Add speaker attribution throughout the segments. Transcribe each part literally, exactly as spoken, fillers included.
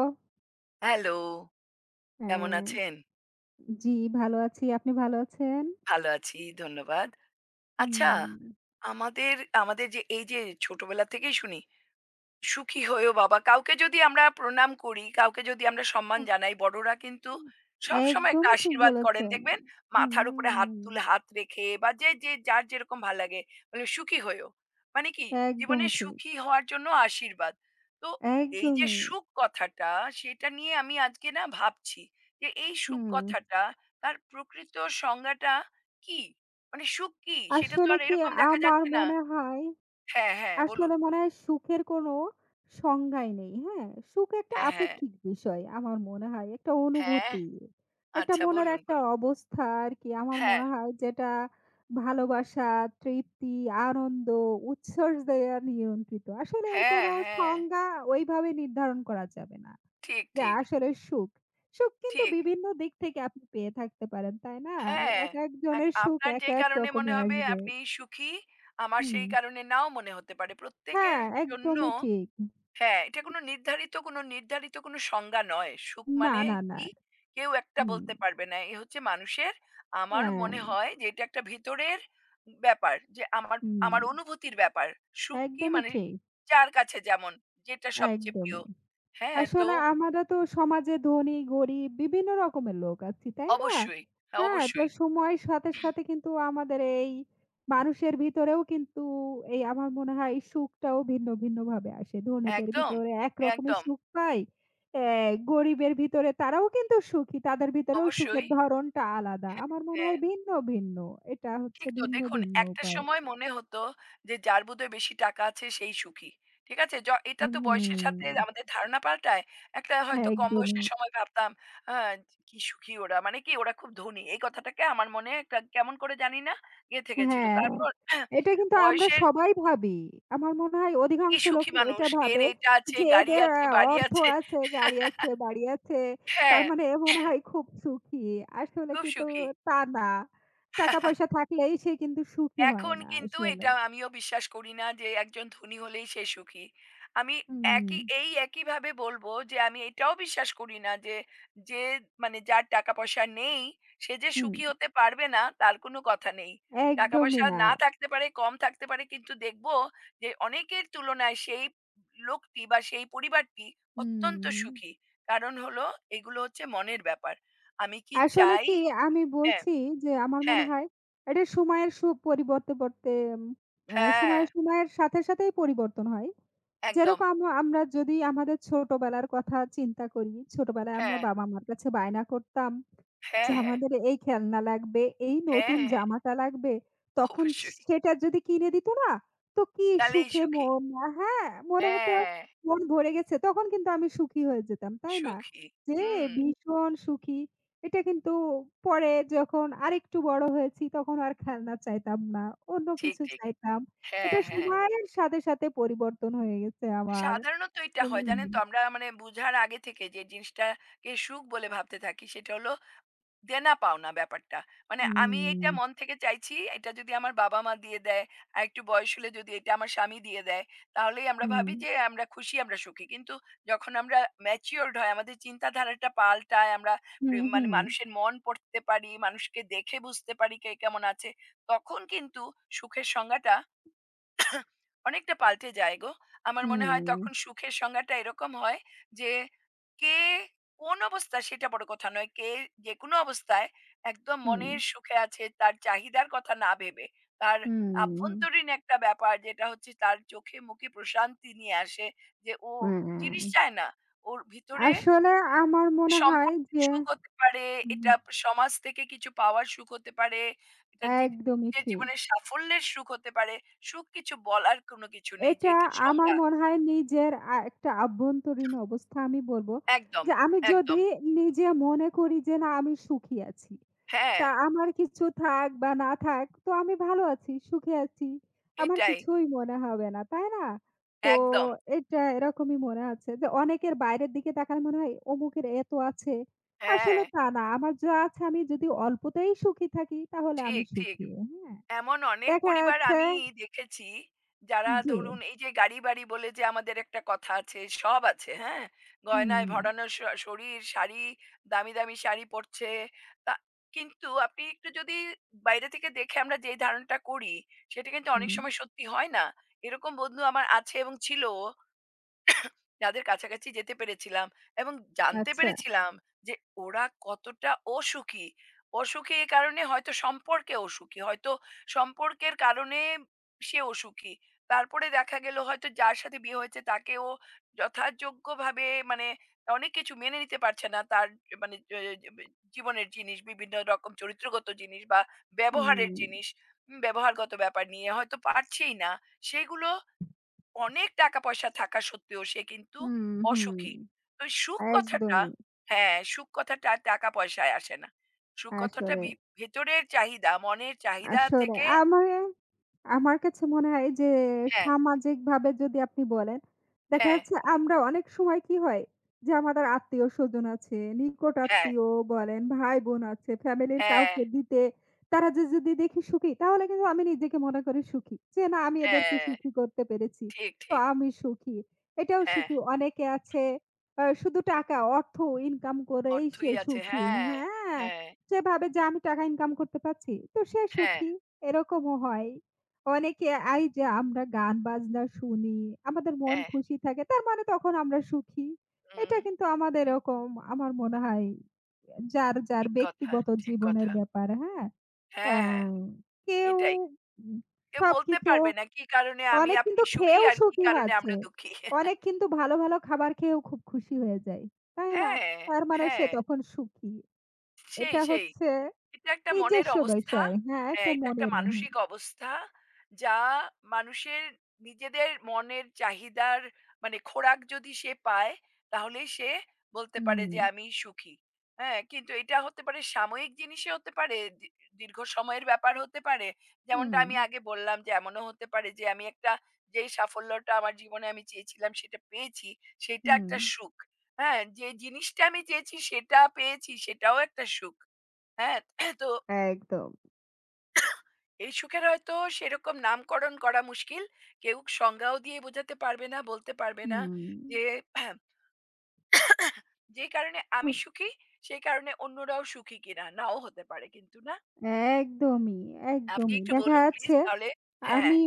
Speaker 1: ও
Speaker 2: hello, কেমন
Speaker 1: হ্যাঁ,
Speaker 2: আছেন?
Speaker 1: জি ভালো আছি। আপনি ভালো আছেন?
Speaker 2: ভালো আছি, ধন্যবাদ। আচ্ছা,
Speaker 1: হুম।
Speaker 2: আমাদের আমাদের যে এই যে ছোটবেলা থেকেই শুনি, সুখী হয়েও বাবা। কাউকে যদি আমরা প্রণাম করি, কাউকে যদি আমরা সম্মান জানাই, বড়রা কিন্তু
Speaker 1: হুম,
Speaker 2: সবসময় একটা
Speaker 1: একদমই ঠিক
Speaker 2: আশীর্বাদ করেন।
Speaker 1: বলেছেন।
Speaker 2: দেখবেন
Speaker 1: হুম,
Speaker 2: মাথার উপরে হাত তুলে হাত রেখে বা যে, যে যার যেরকম ভাল লাগে মানে সুখী হয়েও। মানে কি জীবনে
Speaker 1: একদমই ঠিক।
Speaker 2: সুখী হওয়ার জন্য আশীর্বাদ। তো এই যে
Speaker 1: একদমই।
Speaker 2: সুখ কথাটা সেটা নিয়ে আমি আজকে না ভাবছি যে এই সুখ
Speaker 1: হুম।
Speaker 2: কথাটা তার প্রকৃত সংজ্ঞাটা কি? মানে সুখ কি? সেটা তো
Speaker 1: আসলে
Speaker 2: আর
Speaker 1: কি
Speaker 2: এরকম দেখা
Speaker 1: আমার
Speaker 2: যাচ্ছে না।
Speaker 1: মনে হয়
Speaker 2: হ্যাঁ, হ্যাঁ বলুন।
Speaker 1: আসলে মনে হয় সুখের কোনো সংজ্ঞাই নেই। হ্যাঁ? সুখ একটা
Speaker 2: হ্যাঁ, হ্যাঁ।
Speaker 1: আপেক্ষিক বিষয় আমার মনে হয়। একটা
Speaker 2: হ্যাঁ।
Speaker 1: অনুভূতি। একটা
Speaker 2: আচ্ছা
Speaker 1: মনের
Speaker 2: বলুন,
Speaker 1: একটা
Speaker 2: বলুন।
Speaker 1: অবস্থা আরকি। আমার
Speaker 2: হ্যাঁ,
Speaker 1: মনে হয় যেটা ভালোবাসা, তৃপ্তি, আনন্দ, উচ্ছ্বাস দেয়া নিয়ন্ত্রিত। আসলে এর
Speaker 2: হ্যাঁ,
Speaker 1: কোনো
Speaker 2: হ্যাঁ।
Speaker 1: সংজ্ঞা ওইভাবে নির্ধারণ করা যাবে না।
Speaker 2: ঠিক,
Speaker 1: যে
Speaker 2: ঠিক,
Speaker 1: আসলে সুখ। সুখ কিন্তু
Speaker 2: ঠিক।
Speaker 1: বিভিন্ন দিক থেকে আপনি পেয়ে থাকতে পারেন, তাই না?
Speaker 2: হ্যাঁ, এক
Speaker 1: একেকজনের সুখ
Speaker 2: আপনার
Speaker 1: এক,
Speaker 2: যে
Speaker 1: এক
Speaker 2: কারণে মনে
Speaker 1: রকমের
Speaker 2: হবে
Speaker 1: আসবে।
Speaker 2: আপনি সুখী, আমার
Speaker 1: হুম।
Speaker 2: সেই কারণে নাও মনে হতে পারে। প্রত্যেকের
Speaker 1: হ্যাঁ,
Speaker 2: জন্য
Speaker 1: একদমই ঠিক।
Speaker 2: হ্যাঁ, এটা কোনো নির্ধারিত কোনো নির্ধারিত কোনো সংজ্ঞা নয়। সুখ
Speaker 1: না,
Speaker 2: মানে
Speaker 1: না, না।
Speaker 2: কি? কেউ একটা
Speaker 1: হুম,
Speaker 2: বলতে পারবে না। এ হচ্ছে মানুষের আমার
Speaker 1: হ্যাঁ,
Speaker 2: মনে হয় যে এটা একটা ভিতরের ব্যাপার। যে আমার
Speaker 1: হুম,
Speaker 2: আমার অনুভূতির ব্যাপার। সুখ কি
Speaker 1: একদমই
Speaker 2: মানে
Speaker 1: ঠিক,
Speaker 2: যার কাছে যেমন, যেটা সবচেয়ে প্রিয়।
Speaker 1: একদমই।
Speaker 2: হ্যাঁ, তো
Speaker 1: আসলে আমরা তো সমাজে ধনী, গরিব বিভিন্ন রকমের লোক আছি, তাই না?
Speaker 2: অবশ্যই, হ্যাঁ,
Speaker 1: হ্যাঁ, তো
Speaker 2: অবশ্যই।
Speaker 1: সময়ের সাথে, সাথে কিন্তু আমাদের এই মানুষের ভিতরেও কিন্তু এই আমার মনে হয় সুখটাও ভিন্ন, ভিন্নভাবে আসে। ধনীদের
Speaker 2: একদম,
Speaker 1: ভিতরে একরকমের
Speaker 2: একদম।
Speaker 1: সুখ পাই, অ্যা গরিবের ভিতরে তারাও কিন্তু সুখী। তাদের ভিতরেও
Speaker 2: অবশ্যই,
Speaker 1: সুখের ধরনটা আলাদা। আমার মনে
Speaker 2: হ্যাঁ।
Speaker 1: হয় ভিন্ন, ভিন্ন। এটা হচ্ছে
Speaker 2: ঠিক তো
Speaker 1: ভিন্ন,
Speaker 2: দেখুন
Speaker 1: ভিন্ন
Speaker 2: একটা
Speaker 1: উপায়।
Speaker 2: সময় মনে হতো যে যার বোধহয় বেশি টাকা আছে সেই সুখী। ঠিক আছে? য এটা তো বয়সের সাথে
Speaker 1: হুম,
Speaker 2: আমাদের ধারণা পাল্টায়। একটা হয়তো কম
Speaker 1: একদমই।
Speaker 2: বয়সের সময় ভাবতাম, হ্যাঁ, কি সুখী ওরা। মানে কি ওরা খুব ধনী। এই কথাটাকে আমার মনে একটা কেমন করে জানি না গেঁথে গেছিল।
Speaker 1: হ্যাঁ,
Speaker 2: তারপর
Speaker 1: এটা কিন্তু আমরা
Speaker 2: বয়সের
Speaker 1: সবাই ভাবি। আমার মনে হয়
Speaker 2: কি
Speaker 1: অধিকাংশ
Speaker 2: সুখী
Speaker 1: লোকই এটা
Speaker 2: মানুষ। এর
Speaker 1: ভাবে
Speaker 2: এটা আছে,
Speaker 1: যে
Speaker 2: গাড়ি
Speaker 1: এদের আ
Speaker 2: আছে, বাড়ি
Speaker 1: অর্থ
Speaker 2: আছে।
Speaker 1: আছে, গাড়ি আছে, বাড়ি আছে।
Speaker 2: হ্যাঁ,
Speaker 1: তার মানে এ মনে হয় খুব সুখী। আসলে
Speaker 2: খুব
Speaker 1: কিন্তু
Speaker 2: সুখী।
Speaker 1: তা না। টাকা পয়সা থাকলেই সে কিন্তু সুখী হয়
Speaker 2: এখন
Speaker 1: না
Speaker 2: কিন্তু
Speaker 1: আসলে।
Speaker 2: এটা আমিও বিশ্বাস করি না যে একজন ধনী হলেই সে সুখী। আমি
Speaker 1: হুম,
Speaker 2: একই এই একইভাবে বলব যে আমি এটাও বিশ্বাস করি না যে, যে মানে যার টাকা পয়সা নেই সে যে
Speaker 1: হুম,
Speaker 2: সুখী হতে পারবে না তার কোনো কথা নেই। টাকা
Speaker 1: একদমই
Speaker 2: পয়সা
Speaker 1: না।
Speaker 2: না থাকতে পারে, কম থাকতে পারে কিন্তু দেখব যে অনেকের তুলনায় সেই লোকটি বা সেই পরিবারটি অত্যন্ত
Speaker 1: হুম।
Speaker 2: সুখী। কারণ হলো এগুলো হচ্ছে মনের ব্যাপার। আমি কি
Speaker 1: আসলে
Speaker 2: চাই
Speaker 1: কি আমি
Speaker 2: হ্যাঁ,
Speaker 1: বলছি যে আমার মনে
Speaker 2: হ্যাঁ,
Speaker 1: হয় এটা সময়ের সু পরিবর্তে পরতে আ
Speaker 2: হ্যাঁ,
Speaker 1: সময়ের সময়ের সাথে সাথেই পরিবর্তন হয়।
Speaker 2: একদম।
Speaker 1: যেরকম আম- আমরা যদি আমাদের ছোটবেলার কথা চিন্তা করি, ছোটবেলায় আমরা
Speaker 2: হ্যাঁ।
Speaker 1: বাবা-মার কাছে বায়না করতাম যে
Speaker 2: হ্যাঁ, হ্যাঁ।
Speaker 1: আমাদের এই খেলনা লাগবে, এই
Speaker 2: হ্যাঁ,
Speaker 1: নতুন
Speaker 2: হ্যাঁ।
Speaker 1: জামাটা লাগবে। তখন
Speaker 2: অবশ্যই।
Speaker 1: সেটা যদি কিনে দিত না, তো কি
Speaker 2: তাহলেই
Speaker 1: সুখে ম
Speaker 2: সুখী।
Speaker 1: হ্যাঁ, মনে হতো
Speaker 2: হ্যাঁ,
Speaker 1: মন ভরে গেছে। তখন কিন্তু আমি সুখী হয়ে যেতাম, তাই না?
Speaker 2: সুখী।
Speaker 1: যে
Speaker 2: হুম,
Speaker 1: ভীষণ সুখী। এটা কিন্তু পরে যখন আরেকটু বড় হয়েছি তখন আর খেলনা চাইতাম না। অন্য
Speaker 2: ঠিক,
Speaker 1: কিছু
Speaker 2: ঠিক।
Speaker 1: চাইতাম।
Speaker 2: হ্যাঁ,
Speaker 1: এটা
Speaker 2: হ্যাঁ।
Speaker 1: সময়ের সাথে, সাথে পরিবর্তন হয়ে গেছে আমার।
Speaker 2: সাধারণত এটা হয়
Speaker 1: হুম,
Speaker 2: জানেন তো আমরা মানে বুঝার আগে থেকে যে জিনিসটাকে সুখ বলে ভাবতে থাকি সেটা হলো দেনা পাওনা ব্যাপারটা। মানে আমি
Speaker 1: হুম,
Speaker 2: এটা মন থেকে চাইছি, এটা যদি আমার বাবা-মা দিয়ে দেয়, আরেকটু বয়স হলে যদি এটা আমার স্বামী দিয়ে দেয়, তাহলেই আমরা
Speaker 1: হুম,
Speaker 2: ভাবি যে আমরা খুশি, আমরা সুখী। কিন্তু যখন আমরা ম্যাচিউরড হই, আমাদের চিন্তাধারাটা পাল্টায়, আমরা প্রি
Speaker 1: হুম,
Speaker 2: মানে
Speaker 1: হুম,
Speaker 2: মানুষের মন পড়তে পারি, মানুষকে দেখে বুঝতে পারি কে কেমন আছে, তখন কিন্তু সুখের সংজ্ঞাটা অনেকটা পাল্টে যায় গো। আমার মনে হয়
Speaker 1: হুম,
Speaker 2: তখন সুখের সংজ্ঞাটা এরকম হয় যে, কে কোন অবস্থায় সেটা বড় কথা নয়। কে যেকোনো অবস্থায় একদম মনের সুখে আছে তার চাহিদার কথা না ভেবে। তার
Speaker 1: হুম, হুম,
Speaker 2: আভ্যন্তরীণ একটা ব্যাপার যেটা হচ্ছে তার চোখে মুখে প্রশান্তি নিয়ে আসে যে, ও জিনিস
Speaker 1: হ্যাঁ।
Speaker 2: চায় না। ওর ভিতরে
Speaker 1: আসলে আমার মনে হয়
Speaker 2: সম্পর্কের
Speaker 1: যে
Speaker 2: সুখ হতে পারে,
Speaker 1: হুম।
Speaker 2: এটা সমাজ থেকে কিছু পাওয়ার সুখ হতে পারে, এটা জি
Speaker 1: একদমই
Speaker 2: নিজের
Speaker 1: ঠিক।
Speaker 2: জীবনের সাফল্যের সুখ হতে পারে। সুখ কিছু বলার কোনো কিছু নেই যে
Speaker 1: এটা
Speaker 2: এটার
Speaker 1: আমার
Speaker 2: সংজ্ঞা।
Speaker 1: মনে হয় নিজের আ একটা আভ্যন্তরীণ অবস্থা আমি বলব।
Speaker 2: একদম,
Speaker 1: যে আমি
Speaker 2: একদম।
Speaker 1: যদি নিজে মনে করি যে না আমি সুখী আছি।
Speaker 2: হ্যাঁ,
Speaker 1: তা আমার কিছু থাক বা না থাক তো আমি ভালো আছি, সুখে আছি। আমার
Speaker 2: এটাই।
Speaker 1: কিছুই মনে হবে না, তাই না? তো
Speaker 2: একদম।
Speaker 1: এটা এরকমই মনে আছে যে অনেকের বাইরের দিকে তাকালে মনে হয় অমুকের এত আছে।
Speaker 2: হ্যাঁ,
Speaker 1: আসলে তা না। আমার যা আছে আমি যদি অল্পতেই সুখী থাকি তাহলে আমি
Speaker 2: ঠিক, ঠিক।
Speaker 1: সুখী। হ্যাঁ?
Speaker 2: এমন অনেক
Speaker 1: দেখা
Speaker 2: পরিবার
Speaker 1: যাচ্ছে
Speaker 2: আমি দেখেছি যারা
Speaker 1: জি।
Speaker 2: ধরুন এই যে গাড়ি বাড়ি বলে যে আমাদের একটা কথা আছে সব আছে হ্যাঁ
Speaker 1: হুম,
Speaker 2: গয়নায় ভরানো শ- শরীর শাড়ি দামি দামি শাড়ি পরছে তা কিন্তু আপনি একটু যদি বাইরে থেকে দেখে আমরা যে ধারণাটা করি সেটা কিন্তু অনেক
Speaker 1: হুম।
Speaker 2: সময় সত্যি হয় না এরকম বন্ধু আমার আছে এবং ছিল যাদের কাছাকাছি যেতে পেরেছিলাম এবং জানতে
Speaker 1: আচ্ছা।
Speaker 2: পেরেছিলাম যে ওরা কতটা অসুখী। অসুখী এ কারণে হয়তো সম্পর্কে অসুখী। হয়তো সম্পর্কের কারণে সে অসুখী। তারপরে দেখা গেল হয়তো যার সাথে বিয়ে হয়েছে তাকেও যথাযোগ্যভাবে মানে অনেক কিছু মেনে নিতে পারছে না। তার মানে এ বে জীবনের জিনিস, বিভিন্ন রকম চরিত্রগত জিনিস বা ব্যবহারের
Speaker 1: হুম,
Speaker 2: জিনিস, উম ব্যবহারগত ব্যাপার নিয়ে হয়তো পারছেই না। সেগুলো অনেক টাকা পয়সা থাকা সত্ত্বেও সে কিন্তু
Speaker 1: হুম, হুম।
Speaker 2: অসুখী। তো এই সুখ কথাটা
Speaker 1: একদমই
Speaker 2: হ্যাঁ, সুখ কথাটা আর টাকা পয়সায় আসে না। সুখ কথাটা
Speaker 1: আসলে।
Speaker 2: ভি ভেতরের চাহিদা, মনের চাহিদা
Speaker 1: আসলে
Speaker 2: থেকে
Speaker 1: আমার আমার কাছে মনে হয় যে
Speaker 2: হ্যাঁ,
Speaker 1: সামাজিকভাবে যদি আপনি বলেন, দেখা
Speaker 2: হ্যাঁ,
Speaker 1: যাচ্ছে আমরা অনেক সময় কি হয় যে আমাদের আত্মীয়-স্বজন আছে, নিকট
Speaker 2: হ্যাঁ,
Speaker 1: আত্মীয় বলেন, ভাই-বোন আছে, ফ্যামিলির
Speaker 2: হ্যাঁ,
Speaker 1: কাউকে দিতে তারা যে যদি দেখি সুখী তাহলে কিন্তু আমি নিজেকে মনে করি সুখী। যে না আমি এদেরকে
Speaker 2: হ্যাঁ,
Speaker 1: সুখী করতে পেরেছি।
Speaker 2: ঠিক,
Speaker 1: তো
Speaker 2: ঠিক।
Speaker 1: আমি সুখী। এটাও
Speaker 2: হ্যাঁ,
Speaker 1: সুখী। অনেকে আছে আ শুধু টাকা, অর্থ ইনকাম করেই সে
Speaker 2: অর্থই আছে।
Speaker 1: সুখী।
Speaker 2: হ্যাঁ,
Speaker 1: হ্যাঁ,
Speaker 2: হ্যাঁ,
Speaker 1: সে ভাবে যে আমি টাকা ইনকাম করতে পারছি। তো সে
Speaker 2: হ্যাঁ,
Speaker 1: সুখী। এরকমও হয়। অনেকে এই যে আমরা গান বাজনা শুনি, আমাদের মন
Speaker 2: হ্যাঁ,
Speaker 1: খুশি থাকে। তার মানে তখন আমরা সুখী। এটা
Speaker 2: হুম,
Speaker 1: কিন্তু আমাদের এরকম আমার মনে হয় যার, যার
Speaker 2: ঠিক কথা,
Speaker 1: ব্যক্তিগত
Speaker 2: ঠিক
Speaker 1: জীবনের
Speaker 2: কথা।
Speaker 1: ব্যাপার, হ্যাঁ?
Speaker 2: হ্যাঁ,
Speaker 1: অ্যা
Speaker 2: হ্যাঁ,
Speaker 1: কেউ
Speaker 2: এটাই।
Speaker 1: উম
Speaker 2: কেউ বলতে
Speaker 1: সবকিছু
Speaker 2: পারবে না কি কারণে আমি
Speaker 1: অনেক
Speaker 2: আপনি
Speaker 1: কিন্তু
Speaker 2: সুখী
Speaker 1: খেয়েও
Speaker 2: আর কি
Speaker 1: সুখী
Speaker 2: কারণে
Speaker 1: হচ্ছে।
Speaker 2: আমরা দুঃখী।
Speaker 1: অনেক কিন্তু ভালো, ভালো খাবার খেয়েও খুব খুশি হয়ে যায়। তাই না?
Speaker 2: হ্যাঁ,
Speaker 1: তার মানে সে
Speaker 2: হ্যাঁ,
Speaker 1: তখন সুখী।
Speaker 2: সেই,
Speaker 1: এটা
Speaker 2: সেই।
Speaker 1: হচ্ছে
Speaker 2: এটা একটা মনের
Speaker 1: নিজস্ব
Speaker 2: অবস্থা।
Speaker 1: বিষয়। হ্যাঁ,
Speaker 2: হ্যাঁ,
Speaker 1: একটা
Speaker 2: এটা একটা
Speaker 1: মনের হ্যাঁ।
Speaker 2: মানসিক অবস্থা যা মানুষের নিজেদের মনের চাহিদার মানে খোরাক যদি সে পায় তাহলেই সে বলতে পারে
Speaker 1: হুম,
Speaker 2: যে আমি সুখী। হ্যাঁ, কিন্তু এটা হতে পারে সাময়িক জিনিসে হতে পারে, দি দীর্ঘ সময়ের ব্যাপার হতে পারে। যেমনটা
Speaker 1: হুম,
Speaker 2: আমি আগে বললাম যে এমনও হতে পারে যে আমি একটা যেই সাফল্যটা আমার জীবনে আমি চেয়েছিলাম সেটা পেয়েছি, সেটা
Speaker 1: হুম।
Speaker 2: একটা সুখ। হ্যাঁ, যে জিনিসটা আমি চেয়েছি সেটা পেয়েছি সেটাও একটা সুখ। হ্যাঁ, তো
Speaker 1: একদম।
Speaker 2: এই সুখের হয়তো সেরকম নামকরণ করা মুশকিল। কেউ সংজ্ঞাও দিয়ে বোঝাতে পারবে না, বলতে পারবে না
Speaker 1: হুম।
Speaker 2: যে আহ, যে কারণে আমি সুখী, সেই কারণে অন্যরাও সুখী কিনা? নাও হতে পারে কিন্তু, না?
Speaker 1: একদমই,
Speaker 2: আপনি
Speaker 1: একদমই।
Speaker 2: একটু
Speaker 1: দেখা
Speaker 2: বলুন প্লিজ
Speaker 1: যাচ্ছে
Speaker 2: তাহলে। হ্যাঁ,
Speaker 1: আমি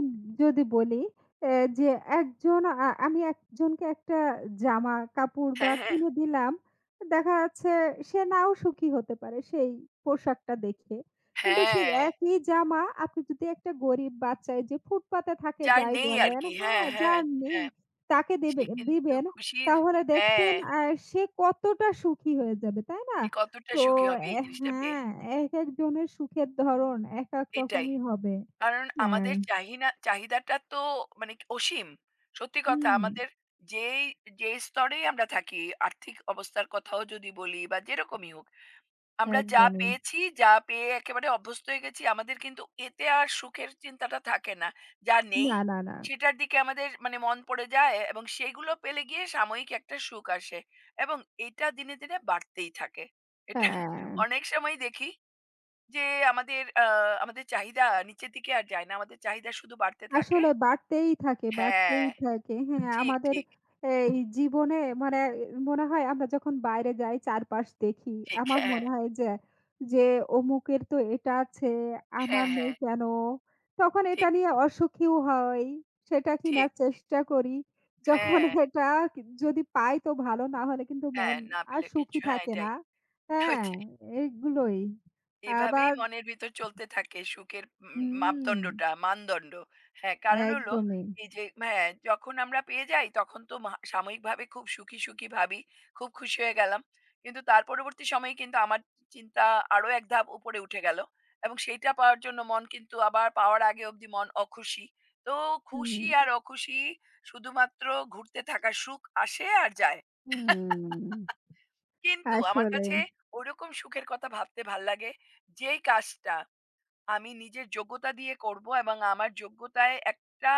Speaker 1: যদি বলি এ যে একজন আ আমি একজনকে একটা জামা কাপড় বা
Speaker 2: হ্যাঁ, হ্যাঁ।
Speaker 1: কিনে দিলাম। দেখা যাচ্ছে সে নাও সুখী হতে পারে সেই পোশাকটা দেখে। কিন্তু সেই
Speaker 2: হ্যাঁ,
Speaker 1: একই জামা আপনি যদি একটা গরিব বাচ্চায় যে ফুটপাতে থাকে
Speaker 2: যার
Speaker 1: যাই
Speaker 2: নেই
Speaker 1: বলেন,
Speaker 2: আরকি।
Speaker 1: হ্যাঁ,
Speaker 2: হ্যাঁ, হ্যাঁ,
Speaker 1: যার নেই
Speaker 2: হ্যাঁ।
Speaker 1: তাকে দেবে
Speaker 2: সে কিন্তু
Speaker 1: দিবেন
Speaker 2: খুশির
Speaker 1: তাহলে
Speaker 2: হ্যাঁ,
Speaker 1: দেখবেন আ সে কতটা সুখী হয়ে যাবে, তাই না?
Speaker 2: সে কতটা
Speaker 1: তো
Speaker 2: সুখী হবে এই
Speaker 1: অ্যা
Speaker 2: জিনিসটা পেয়ে।
Speaker 1: হ্যাঁ, একেকজনের সুখের ধরন একেক
Speaker 2: এটাই।
Speaker 1: রকমই হবে।
Speaker 2: কারণ
Speaker 1: হ্যাঁ,
Speaker 2: আমাদের চাহিনা চাহিদাটা তো মানে কি অসীম। সত্যি কথা
Speaker 1: হুম,
Speaker 2: আমাদের যেই, যে স্তরেই আমরা থাকি, আর্থিক অবস্থার কথাও যদি বলি বা যেরকমই হোক, আমরা যা
Speaker 1: একদমই।
Speaker 2: পেয়েছি, যা পেয়ে একেবারে অভ্যস্ত হয়ে গেছি, আমাদের কিন্তু এতে আর সুখের চিন্তাটা থাকে না। যা নেই,
Speaker 1: না, না, না।
Speaker 2: সেটার দিকে আমাদের মানে মন পড়ে যায় এবং সেগুলো পেলে গিয়ে সাময়িক একটা সুখ আসে এবং এটা দিনে, দিনে বাড়তেই থাকে। এটা
Speaker 1: হ্যাঁ।
Speaker 2: অনেক সময় দেখি যে আমাদের আ আমাদের চাহিদা নিচের দিকে আর যায় না। আমাদের চাহিদা শুধু বাড়তে থাকে
Speaker 1: আসলে বাড়তেই থাকে,
Speaker 2: হ্যাঁ,
Speaker 1: বাড়তেই থাকে। হ্যাঁ,
Speaker 2: ঠিক,
Speaker 1: আমাদের
Speaker 2: ঠিক,
Speaker 1: এই জীবনে মানে মনে হয় আমরা যখন বাইরে যাই চারপাশ দেখি।
Speaker 2: ঠিক।
Speaker 1: আমার
Speaker 2: হ্যাঁ, হ্যাঁ,
Speaker 1: মনে হয় যে, যে অমুকের তো এটা আছে, আমার
Speaker 2: হ্যাঁ,
Speaker 1: নেই
Speaker 2: হ্যাঁ,
Speaker 1: কেন? তখন এটা
Speaker 2: ঠিক,
Speaker 1: নিয়ে অসুখীও হই। সেটা কিনার
Speaker 2: ঠিক।
Speaker 1: চেষ্টা করি। যখন
Speaker 2: হ্যাঁ,
Speaker 1: এটা কি যদি পাই তো ভালো, না হলে কিন্তু
Speaker 2: হ্যাঁ,
Speaker 1: মন
Speaker 2: না
Speaker 1: আর
Speaker 2: পেলে
Speaker 1: সুখী
Speaker 2: কিচ্ছু হ্যাঁ,
Speaker 1: থাকে
Speaker 2: এটাই।
Speaker 1: না। হ্যাঁ,
Speaker 2: ওইটাই।
Speaker 1: এগুলোই।
Speaker 2: এভাবেই
Speaker 1: আবার
Speaker 2: মনের ভিতর চলতে থাকে সুখের উম,
Speaker 1: হুম,
Speaker 2: মাপদণ্ডটা মানদণ্ড। হ্যাঁ, কারণ হলো
Speaker 1: একদমই।
Speaker 2: এই যে হ্যাঁ, যখন আমরা পেয়ে যাই তখন তো মা সাময়িকভাবে খুব সুখী, সুখী ভাবি। খুব খুশি হয়ে গেলাম। কিন্তু তার পরবর্তী সময়ে কিন্তু আমার চিন্তা আরো এক ধাপ উপরে উঠে গেল। এবং সেইটা পাওয়ার জন্য মন কিন্তু আবার পাওয়ার আগে অবধি মন অখুশি। তো
Speaker 1: হুম।
Speaker 2: খুশি আর অখুশি শুধুমাত্র ঘুরতে থাকা সুখ আসে আর যায়।
Speaker 1: হুম,
Speaker 2: কিন্তু আমার
Speaker 1: আসলে।
Speaker 2: কাছে ওরকম সুখের কথা ভাবতে ভাল লাগে যেই কাজটা আমি নিজের যোগ্যতা দিয়ে করব এবং আমার যোগ্যতায় একটা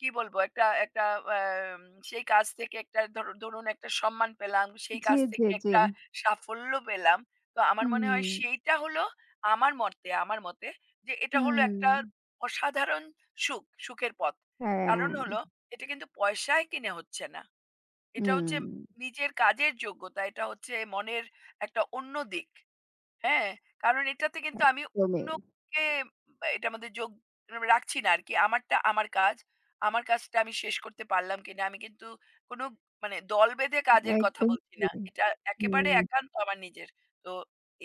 Speaker 2: কি বলবো? একটা একটা অ্যাম সেই কাজ থেকে একটা ধরু ধরুন একটা সম্মান পেলাম, সেই
Speaker 1: জি,
Speaker 2: কাজ
Speaker 1: জি,
Speaker 2: থেকে
Speaker 1: জি।
Speaker 2: একটা সাফল্য পেলাম। তো আমার মনে হয়
Speaker 1: হুম,
Speaker 2: সেইটা হলো আমার মতে আমার মতে যে এটা হলো একটা
Speaker 1: হুম।
Speaker 2: অসাধারণ সুখ, সুখের পথ।
Speaker 1: হ্যাঁ,
Speaker 2: কারণ হলো এটা কিন্তু পয়সায় কিনে হচ্ছে না। এটা হচ্ছে
Speaker 1: হুম,
Speaker 2: নিজের কাজের যোগ্যতা। এটা হচ্ছে মনের একটা অন্য দিক। হ্যাঁ, কারণ এটাতে কিন্তু আমি
Speaker 1: একদমই,
Speaker 2: অন্যকে বা এটার মধ্যে যোগ মানে রাখছি না আরকি। আমারটা আমার কাজ। আমার কাজটা আমি শেষ করতে পারলাম কিনা। আমি কিন্তু কোনো মানে দল বেঁধে কাজের কথা
Speaker 1: একদম
Speaker 2: বলছি
Speaker 1: জি।
Speaker 2: না। এটা একেবারে
Speaker 1: হুম,
Speaker 2: একান্ত আমার নিজের। তো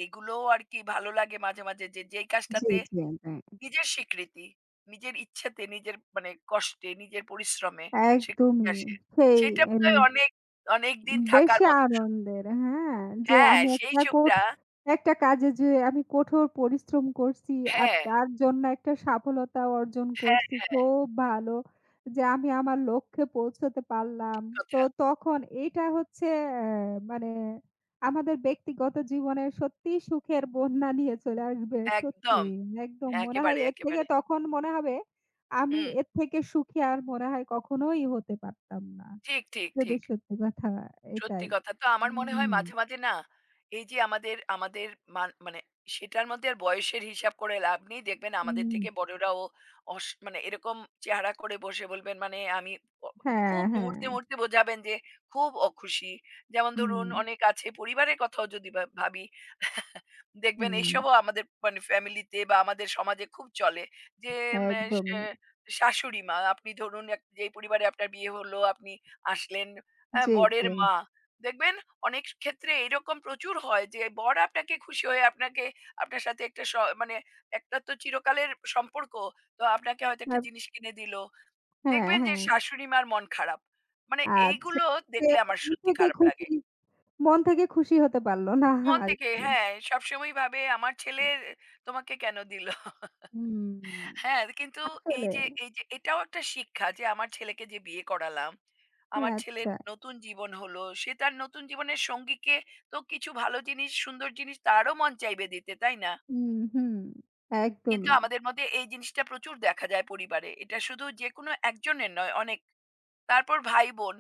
Speaker 2: এগুলোও আরকি ভালো লাগে মাঝে, মাঝে যে যেই
Speaker 1: জি,
Speaker 2: কাজটাতে
Speaker 1: জি, হ্যাঁ,
Speaker 2: নিজের স্বীকৃতি, নিজের ইচ্ছেতে, নিজের মানে কষ্টে, নিজের পরিশ্রমে স্বীকৃতি
Speaker 1: একদমই
Speaker 2: আসে।
Speaker 1: সেই
Speaker 2: সেটা
Speaker 1: এম
Speaker 2: বোধহয় অনেক, অনেকদিন থাকার
Speaker 1: বেশি
Speaker 2: মতো সুখ।
Speaker 1: আনন্দের। হ্যাঁ, যে
Speaker 2: হ্যাঁ,
Speaker 1: আমি
Speaker 2: সেই
Speaker 1: একটা কোঠ
Speaker 2: সুখটা
Speaker 1: একটা কাজে যে আমি কঠোর পরিশ্রম করছি আর
Speaker 2: হ্যাঁ,
Speaker 1: তার জন্য একটা সফলতা অর্জন
Speaker 2: হ্যাঁ,
Speaker 1: করছি।
Speaker 2: হ্যাঁ
Speaker 1: খুব ভালো যে আমি আমার লক্ষ্যে পৌঁছতে পারলাম। তো
Speaker 2: কথা।
Speaker 1: তখন এইটা হচ্ছে অ্যা মানে আমাদের ব্যক্তিগত জীবনে সত্যিই সুখের বন্যা নিয়ে চলে আসবে। সত্যি
Speaker 2: একদম।
Speaker 1: একদম মনে হয়
Speaker 2: একেবারে,
Speaker 1: এর থেকে
Speaker 2: একেবারে।
Speaker 1: তখন মনে হবে আমি
Speaker 2: হুম।
Speaker 1: এর থেকে সুখী আর মনে হয় কখনোই হতে পারতাম না।
Speaker 2: ঠিক, ঠিক,
Speaker 1: যদি
Speaker 2: ঠিক।
Speaker 1: সত্যি কথা
Speaker 2: সত্যি
Speaker 1: এটাই।
Speaker 2: কথা। তো আমার মনে হয়
Speaker 1: হুম,
Speaker 2: মাঝে, মাঝে না এই যে আমাদের আমাদের মান মানে সেটার মধ্যে আর বয়সের হিসাব করে লাভ নেই। দেখবেন আমাদের
Speaker 1: হুম।
Speaker 2: থেকে বড়রাও অস মানে এরকম চেহারা করে বসে বলবেন মানে আমি অ
Speaker 1: হ্যাঁ,
Speaker 2: খুব
Speaker 1: হ্যাঁ।
Speaker 2: মুহূর্তে, মুহূর্তে বোঝাবেন যে খুব অখুশি। যেমন
Speaker 1: হুম,
Speaker 2: ধরুন অনেক আছে পরিবারের কথাও যদি ভা ভাবি দেখবেন
Speaker 1: হুম।
Speaker 2: এইসবও আমাদের মানে ফ্যামিলিতে বা আমাদের সমাজে খুব চলে যে উম, আহ, শ-
Speaker 1: একদমই।
Speaker 2: আহ, শাশুড়ি মা আপনি ধরুন এক- যেই পরিবারে আপনার বিয়ে হলো আপনি আসলেন হ্যাঁ
Speaker 1: জি, জি।
Speaker 2: বরের মা দেখবেন অনেক ক্ষেত্রে এরকম প্রচুর হয় যে বর আপনাকে খুশি হয়ে আপনাকে আপনার সাথে একটা স- মানে একটা তো চিরকালের সম্পর্ক তো আপনাকে হয়তো একটা
Speaker 1: আব
Speaker 2: জিনিস কিনে দিল
Speaker 1: হ্যাঁ,
Speaker 2: দেখবেন যে
Speaker 1: হ্যাঁ।
Speaker 2: শাশুড়ি মার মন খারাপ মানে
Speaker 1: আচ্ছা।
Speaker 2: এইগুলো
Speaker 1: সে
Speaker 2: দেখলে আমার
Speaker 1: মন
Speaker 2: সত্যি
Speaker 1: থেকে
Speaker 2: খারাপ
Speaker 1: খুশি
Speaker 2: লাগে
Speaker 1: মন থেকে খুশি হতে পারল না
Speaker 2: মন থেকে
Speaker 1: আরকি।
Speaker 2: হ্যাঁ, সবসময়ই ভাবে আমার ছেলে তোমাকে কেন দিল?
Speaker 1: হুম।
Speaker 2: হ্যাঁ, কিন্তু এই
Speaker 1: আসলে
Speaker 2: যে এই যে এটাও একটা শিক্ষা যে আমার ছেলেকে যে বিয়ে করালাম, আমার ছেলের
Speaker 1: আচ্ছা।
Speaker 2: নতুন জীবন হলো। সে তার নতুন জীবনের সঙ্গীকে তো কিছু ভালো জিনিস, সুন্দর জিনিস তারও মন চাইবে দিতে, তাই না?
Speaker 1: হুম, হুম।
Speaker 2: কিন্তু
Speaker 1: একদমই।
Speaker 2: আমাদের মধ্যে এই জিনিসটা প্রচুর দেখা যায় পরিবারে। এটা শুধু যেকোনো একজনের নয়, অনেক তারপর ভাই-বোন।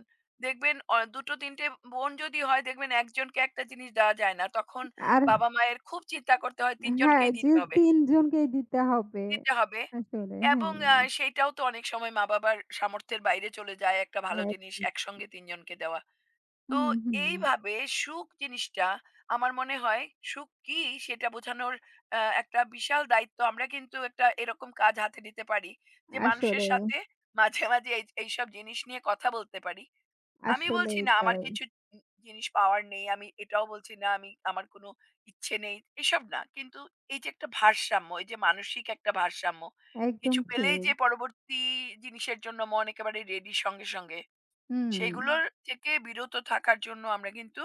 Speaker 2: দেখবেন অ দু টো তিন টে বোন যদি হয় দেখবেন একজনকে একটা জিনিস দেওয়া যায় না। তখন
Speaker 1: আর
Speaker 2: বাবা-মায়ের খুব চিন্তা করতে হয় তিন
Speaker 1: হ্যাঁ,
Speaker 2: জনকেই
Speaker 1: যে
Speaker 2: দিতে হবে
Speaker 1: তিন জনকেই দিতে হবে।
Speaker 2: দিতে হবে
Speaker 1: আসলে হ্যাঁ,
Speaker 2: এবং আ সেইটাও তো অনেক সময় মা-বাবার সামর্থ্যের বাইরে চলে যায় একটা ভালো জিনিস
Speaker 1: একদম।
Speaker 2: একসঙ্গে তিন জনকে দেওয়া। তো
Speaker 1: হুম, হুম।
Speaker 2: এইভাবে সুখ জিনিসটা আমার মনে হয় সুখ কি সেটা বোঝানোর আ একটা বিশাল দায়িত্ব। আমরা কিন্তু একটা এরকম কাজ হাতে নিতে পারি যে মানুষের
Speaker 1: আসলে
Speaker 2: সাথে মাঝে, মাঝে এই এইসব জিনিস নিয়ে কথা বলতে পারি। আমি বলছি
Speaker 1: আসলেই
Speaker 2: না আমার
Speaker 1: তাই।
Speaker 2: কিছু উ জিনিস পাওয়ার নেই। আমি এটাও বলছি না আমি আমার কোনো ইচ্ছে নেই। এসব না। কিন্তু এই যে একটা ভারসাম্য, এই যে মানসিক একটা ভারসাম্য।
Speaker 1: একদম
Speaker 2: কিছু পেলেই
Speaker 1: ঠিক।
Speaker 2: যে পরবর্তী জিনিসের জন্য মন একেবারে রেডি সঙ্গে, সঙ্গে
Speaker 1: হুম,
Speaker 2: সেগুলোর থেকে বিরত থাকার জন্য আমরা কিন্তু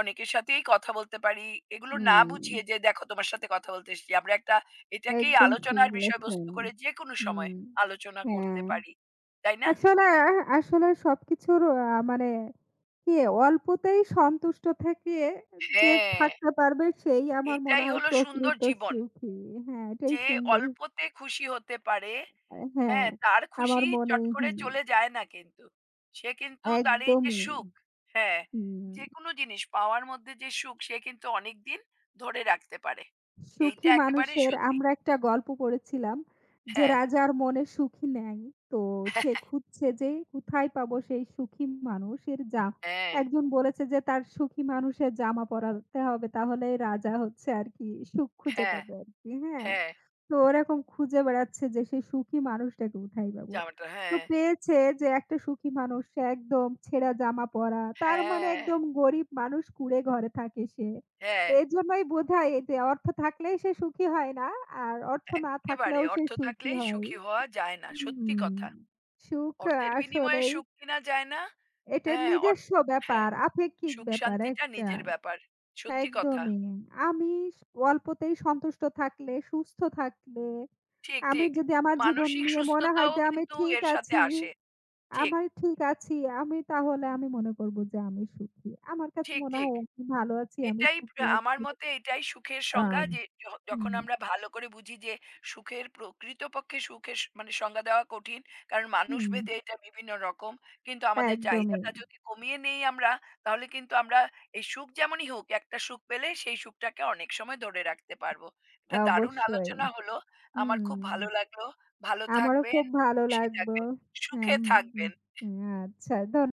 Speaker 2: অনেকের সাথেই কথা বলতে পারি। এগুলো না
Speaker 1: হুম।
Speaker 2: বুঝিয়ে যে দেখো তোমার সাথে কথা বলতে এসেছি। আমরা একটা এটাকেই
Speaker 1: একদম ঠিক
Speaker 2: আলোচনার
Speaker 1: বলেছেন।
Speaker 2: বিষয়বস্তু করে যেকোনো সময়
Speaker 1: হুম।
Speaker 2: আলোচনা করতে
Speaker 1: হ্যাঁ।
Speaker 2: পারি। তাই না?
Speaker 1: আসলে আসলে সবকিছুর আ মানে কি অল্পতেই সন্তুষ্ট থেকে যে
Speaker 2: হ্যাঁ।
Speaker 1: থাকতে পারবে সেই আমার মনে
Speaker 2: এটাই
Speaker 1: হয়
Speaker 2: হলো সুন্দর
Speaker 1: প্রকৃত
Speaker 2: জীবন।
Speaker 1: সুখী। হ্যাঁ, এটাই
Speaker 2: যে
Speaker 1: সুন্দর।
Speaker 2: অল্পতে খুশি হতে পারে,
Speaker 1: হ্যাঁ,
Speaker 2: হ্যাঁ? তার
Speaker 1: আমার
Speaker 2: খুশি চট
Speaker 1: মনেই
Speaker 2: করে
Speaker 1: হ্যাঁ,
Speaker 2: চলে যায় না কিন্তু। সে কিন্তু তার এই যে
Speaker 1: একদমই।
Speaker 2: সুখ, হ্যাঁ,
Speaker 1: হুম।
Speaker 2: যেকোনো জিনিস পাওয়ার মধ্যে যে সুখ সে কিন্তু অনেকদিন ধরে রাখতে পারে।
Speaker 1: সুখী
Speaker 2: এইটা একেবারে
Speaker 1: মানুষের
Speaker 2: সত্যি।
Speaker 1: আমরা একটা গল্প পড়েছিলাম যে
Speaker 2: হ্যাঁ,
Speaker 1: রাজার মনে সুখী নাই তো সে খুঁজছে যে কোথায় পাবো সেই সুখী মানুষের যা
Speaker 2: হ্যাঁ,
Speaker 1: একজন বলেছে যে তার সুখী মানুষের জামা পরাতে হবে তাহলে রাজা হচ্ছে আর কি সুখ খুঁজে
Speaker 2: হ্যাঁ,
Speaker 1: পাবে আর কি হ্যাঁ
Speaker 2: হ্যাঁ,
Speaker 1: তো ওরকম খুঁজে বেড়াচ্ছে যে সেই সুখী মানুষটাকে কোথায় পাবো।
Speaker 2: জামাটা
Speaker 1: তো
Speaker 2: হ্যাঁ,
Speaker 1: পেয়েছে যে একটা সুখী মানুষ সে একদম ছেঁড়া জামা পরা। তার মানে
Speaker 2: হ্যাঁ,
Speaker 1: একদম গরিব মানুষ কুঁড়ে ঘরে থাকে সে।
Speaker 2: হ্যাঁ,
Speaker 1: এজন্যই বোধহয় যে অর্থ থাকলেই সে সুখী হয় না। আর অর্থ না
Speaker 2: এক্কেবারে
Speaker 1: থাকলেও সে
Speaker 2: অর্থ
Speaker 1: সুখী
Speaker 2: থাকলেই
Speaker 1: হয়।
Speaker 2: সুখী হওয়া যায় না। সত্যি
Speaker 1: হুম,
Speaker 2: কথা।
Speaker 1: সুখ
Speaker 2: অর্থের বিনিময়ে
Speaker 1: আসলেই
Speaker 2: সুখ কিনা যায় না।
Speaker 1: এটা
Speaker 2: হ্যাঁ, অর
Speaker 1: নিজস্ব
Speaker 2: হ্যাঁ।
Speaker 1: ব্যাপার, আপেক্ষিক
Speaker 2: সুখ
Speaker 1: ব্যাপার
Speaker 2: শান্তিটা
Speaker 1: একটা।
Speaker 2: নিজের ব্যাপার। সত্যি কথা।
Speaker 1: একদমই। আমি স অল্পতেই সন্তুষ্ট থাকলে, সুস্থ থাকলে
Speaker 2: ঠিক,
Speaker 1: আমি
Speaker 2: ঠিক।
Speaker 1: যদি আমার জীবন
Speaker 2: মানসিক
Speaker 1: নিয়ে মনে হয়
Speaker 2: সুস্থতাও
Speaker 1: যে আমি
Speaker 2: কিন্তু
Speaker 1: ঠিক
Speaker 2: এর সাথে
Speaker 1: আছি,
Speaker 2: আসে। ঠিক,
Speaker 1: আমি ঠিক আছি, আমি তাহলে আমি মনে করব যে আমি সুখী। আমার কাছে
Speaker 2: ঠিক,
Speaker 1: মনে হয়
Speaker 2: ঠিক।
Speaker 1: আমি ভালো আছি, আমি
Speaker 2: এটাই
Speaker 1: সুখী
Speaker 2: প্রা আমার
Speaker 1: আছি।
Speaker 2: মতে এটাই সুখের সংজ্ঞা
Speaker 1: আম
Speaker 2: যে য
Speaker 1: হুম,
Speaker 2: যখন আমরা ভালো করে বুঝি যে সুখের প্রকৃতপক্ষে সুখের স মানে সংজ্ঞা দেওয়া কঠিন। কারণ
Speaker 1: হুম,
Speaker 2: মানুষভেদে এটা বিভিন্ন রকম। কিন্তু আমাদের
Speaker 1: একদমই।
Speaker 2: চাহিদাটা যদি কমিয়ে নেই আমরা তাহলে কিন্তু আমরা এই সুখ যেমনই হোক একটা সুখ পেলে সেই সুখটাকে অনেক সময় ধরে রাখতে পারবো। এটা দারুণ
Speaker 1: অবশ্যই।
Speaker 2: আলোচনা হলো। আমার
Speaker 1: হুম,
Speaker 2: খুব ভালো লাগলো। ভালো
Speaker 1: আমারও
Speaker 2: থাকবেন,
Speaker 1: খুব ভালো
Speaker 2: খুশি
Speaker 1: লাগলো।
Speaker 2: থাকবেন,
Speaker 1: হ্যাঁ,
Speaker 2: সুখে
Speaker 1: হুম,
Speaker 2: থাকবেন।
Speaker 1: হুম, আচ্ছা ধন্য